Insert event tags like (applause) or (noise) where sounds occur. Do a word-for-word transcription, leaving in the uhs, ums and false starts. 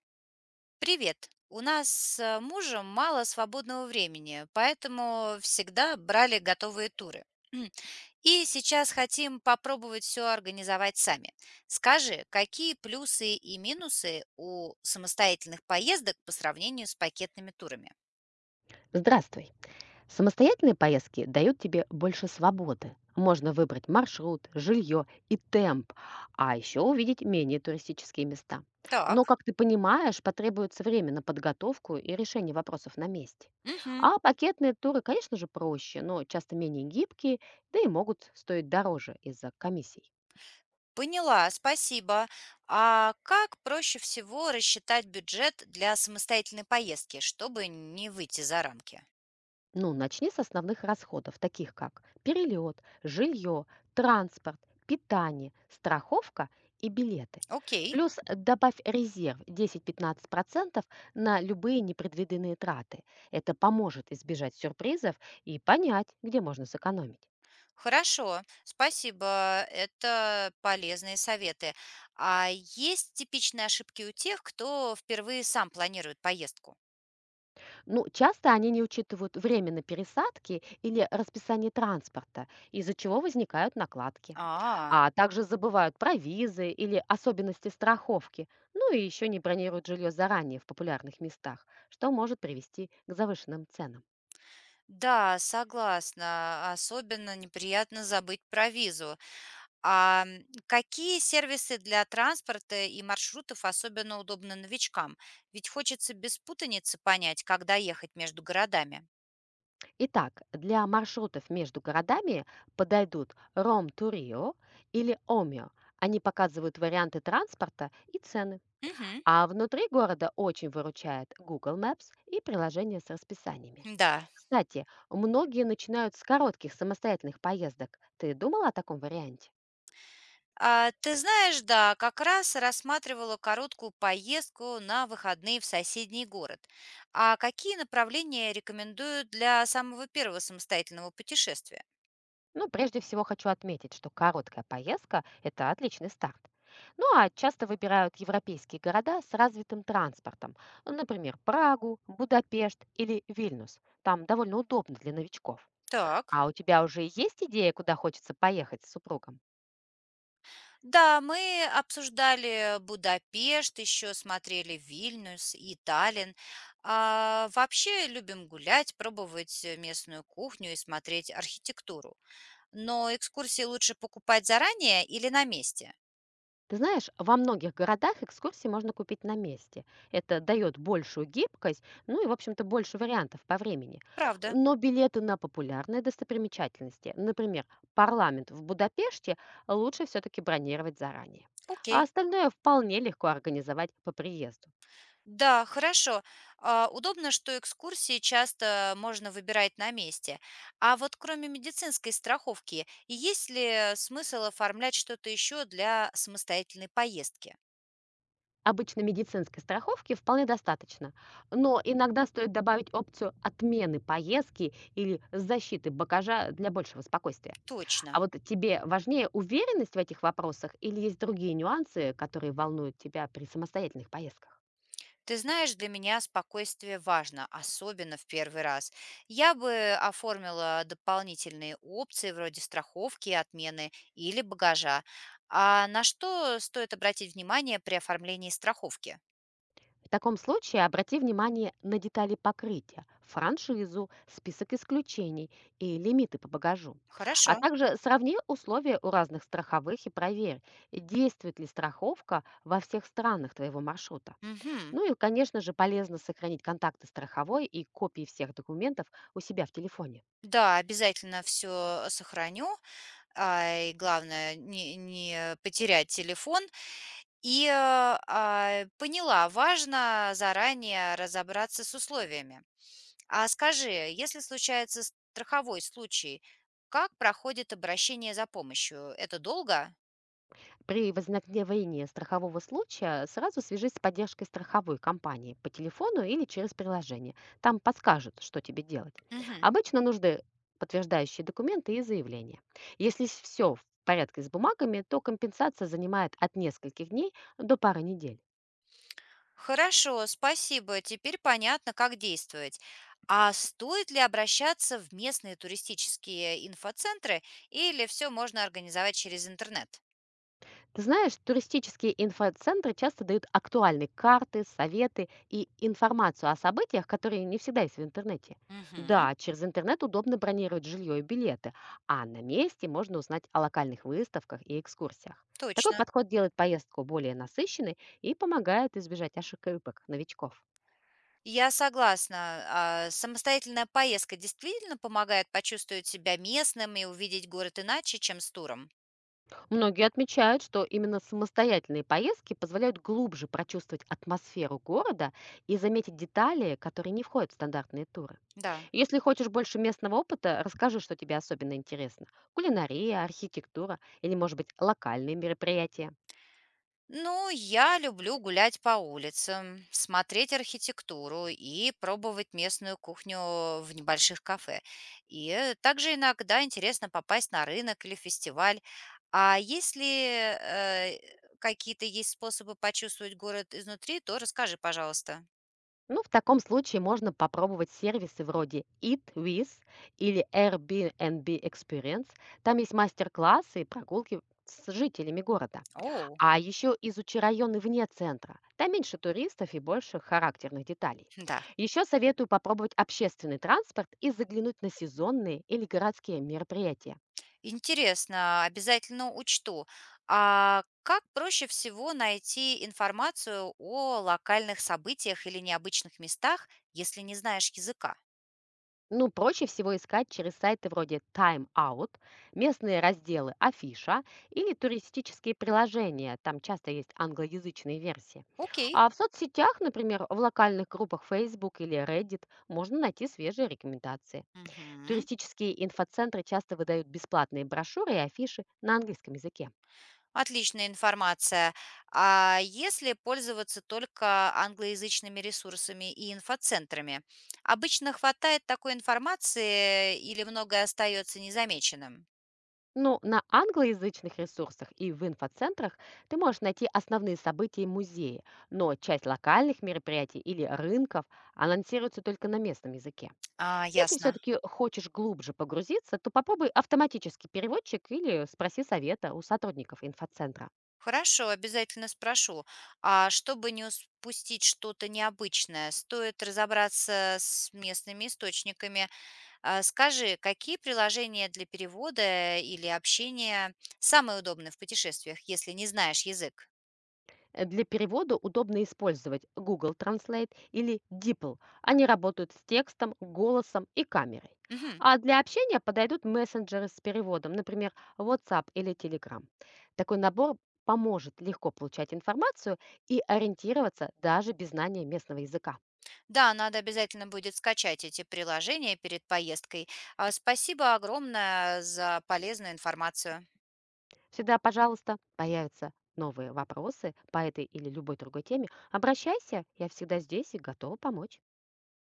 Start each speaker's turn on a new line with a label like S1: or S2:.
S1: Привет. У нас с мужем мало свободного времени, поэтому всегда брали готовые туры. (clears throat) И сейчас хотим попробовать все организовать сами. Скажи, какие плюсы и минусы у самостоятельных поездок по сравнению с пакетными турами?
S2: Здравствуй. Самостоятельные поездки дают тебе больше свободы. Можно выбрать маршрут, жилье и темп, а еще увидеть менее туристические места.
S1: Так,
S2: Но, как ты понимаешь, потребуется время на подготовку и решение вопросов на месте.
S1: мгм.
S2: А пакетные туры, конечно же, проще, но часто менее гибкие, да и могут стоить дороже из-за комиссий.
S1: Поняла, спасибо. А как проще всего рассчитать бюджет для самостоятельной поездки, чтобы не выйти за рамки?
S2: Ну, начни с основных расходов, таких как перелет, жилье, транспорт, питание, страховка и билеты.
S1: Окей.
S2: Плюс добавь резерв десяти-пятнадцати процентов на любые непредвиденные траты. Это поможет избежать сюрпризов и понять, где можно сэкономить.
S1: Хорошо, спасибо. Это полезные советы. А есть типичные ошибки у тех, кто впервые сам планирует поездку?
S2: Ну, часто они не учитывают время на пересадки или расписание транспорта, из-за чего возникают накладки.
S1: А,
S2: А также забывают про визы или особенности страховки, ну и еще не бронируют жилье заранее в популярных местах, что может привести к завышенным ценам.
S1: да, согласна. Особенно неприятно забыть про визу. А м, какие сервисы для транспорта и маршрутов особенно удобны новичкам? Ведь хочется без путаницы понять, когда ехать между городами.
S2: Итак, для маршрутов между городами подойдут Ром-Турио или Омио. Они показывают варианты транспорта и цены.
S1: Угу,
S2: А внутри города очень выручает Google Maps и приложение с расписаниями.
S1: да.
S2: Кстати, многие начинают с коротких самостоятельных поездок. Ты думала о таком варианте?
S1: А, ты знаешь, да, как раз рассматривала короткую поездку на выходные в соседний город. А какие направления рекомендуют для самого первого самостоятельного путешествия?
S2: Ну, прежде всего хочу отметить, что короткая поездка – это отличный старт. Ну а часто выбирают европейские города с развитым транспортом, ну, например, Прагу, Будапешт или Вильнюс. Там довольно удобно для новичков.
S1: Так,
S2: А у тебя уже есть идея, куда хочется поехать с супругом?
S1: да, мы обсуждали Будапешт, еще смотрели Вильнюс и Таллин. А, вообще любим гулять, пробовать э, местную кухню и смотреть архитектуру. Но экскурсии лучше покупать заранее или на месте?
S2: Ты знаешь, во многих городах экскурсии можно купить на месте. Это дает большую гибкость, ну и, в общем-то, больше вариантов по времени.
S1: Правда.
S2: Но билеты на популярные достопримечательности, например, парламент в Будапеште, лучше все-таки бронировать заранее. А
S1: Окей.
S2: остальное вполне легко организовать по приезду.
S1: Да, хорошо. А, удобно, что экскурсии часто можно выбирать на месте. А вот кроме медицинской страховки, есть ли смысл оформлять что-то еще для самостоятельной поездки?
S2: Обычно медицинской страховки вполне достаточно, но иногда стоит добавить опцию отмены поездки или защиты багажа для большего спокойствия. А
S1: Точно.
S2: вот тебе важнее уверенность в этих вопросах или есть другие нюансы, которые волнуют тебя при самостоятельных поездках?
S1: Ты знаешь, для меня спокойствие важно, особенно в первый раз. Я бы оформила дополнительные опции вроде страховки, отмены или багажа. А на что стоит обратить внимание при оформлении страховки?
S2: В таком случае обрати внимание на детали покрытия, франшизу, список исключений и лимиты по багажу. А
S1: Хорошо.
S2: также сравни условия у разных страховых и проверь, действует ли страховка во всех странах твоего маршрута.
S1: Мгм.
S2: Ну и, конечно же, полезно сохранить контакты страховой и копии всех документов у себя в телефоне.
S1: Да, обязательно все сохраню, а, и главное не не потерять телефон. И, э, а, поняла, важно заранее разобраться с условиями. А скажи, если случается страховой случай, как проходит обращение за помощью? Это долго?
S2: При возникновении страхового случая сразу свяжись с поддержкой страховой компании по телефону или через приложение. Там подскажут, что тебе делать.
S1: Мгм.
S2: Обычно нужны подтверждающие документы и заявления. Если все в порядке с бумагами, то компенсация занимает от нескольких дней до пары недель.
S1: Хорошо, спасибо. Теперь понятно, как действовать. А стоит ли обращаться в местные туристические инфоцентры или все можно организовать через интернет?
S2: Ты знаешь, туристические инфоцентры часто дают актуальные карты, советы и информацию о событиях, которые не всегда есть в интернете.
S1: Мгм.
S2: Да, через интернет удобно бронировать жилье и билеты, а на месте можно узнать о локальных выставках и экскурсиях. Такой
S1: Точно.
S2: подход делает поездку более насыщенной и помогает избежать ошибок новичков.
S1: Я согласна. А, самостоятельная поездка действительно помогает почувствовать себя местным и увидеть город иначе, чем с туром?
S2: Многие отмечают, что именно самостоятельные поездки позволяют глубже прочувствовать атмосферу города и заметить детали, которые не входят в стандартные туры.
S1: Да.
S2: Если хочешь больше местного опыта, расскажи, что тебе особенно интересно. Кулинария, архитектура или, может быть, локальные мероприятия.
S1: Ну, я люблю гулять по улицам, смотреть архитектуру и пробовать местную кухню в небольших кафе. И э, также иногда интересно попасть на рынок или фестиваль. А если э, какие-то есть способы почувствовать город изнутри, то расскажи, пожалуйста.
S2: Ну, в таком случае можно попробовать сервисы вроде Eat With или Airbnb Experience. Там есть мастер-классы и прогулки с жителями города.
S1: О,
S2: А еще изучи районы вне центра. Там меньше туристов и больше характерных деталей.
S1: да.
S2: Еще советую попробовать общественный транспорт и заглянуть на сезонные или городские мероприятия.
S1: Интересно, обязательно учту. А как проще всего найти информацию о локальных событиях или необычных местах, если не знаешь языка?
S2: Ну, проще всего искать через сайты вроде Time Out, местные разделы Афиша или туристические приложения. Там часто есть англоязычные версии.
S1: Окей.
S2: А в соцсетях, например, в локальных группах Facebook или Reddit можно найти свежие рекомендации.
S1: Мгм.
S2: Туристические инфоцентры часто выдают бесплатные брошюры и афиши на английском языке.
S1: Отличная информация. А если пользоваться только англоязычными ресурсами и инфоцентрами, обычно хватает такой информации или многое остается незамеченным?
S2: Ну, на англоязычных ресурсах и в инфоцентрах ты можешь найти основные события и музеи, но часть локальных мероприятий или рынков анонсируется только на местном языке.
S1: А,
S2: Если
S1: ясно.
S2: все-таки хочешь глубже погрузиться, то попробуй автоматический переводчик или спроси совета у сотрудников инфоцентра.
S1: Хорошо, обязательно спрошу. А чтобы не упустить что-то необычное, стоит разобраться с местными источниками. А, скажи, какие приложения для перевода или общения самые удобные в путешествиях, если не знаешь язык?
S2: Э, Для перевода удобно использовать Google Translate или DeepL. Они работают с текстом, голосом и камерой.
S1: Мгм.
S2: А для общения подойдут мессенджеры с переводом, например, WhatsApp или Telegram. Такой набор поможет легко получать информацию и ориентироваться даже без знания местного языка.
S1: Да, надо обязательно будет скачать эти приложения перед поездкой. А, спасибо огромное за полезную информацию.
S2: Всегда, пожалуйста, появятся новые вопросы по этой или любой другой теме. Обращайся, я всегда здесь и готова помочь.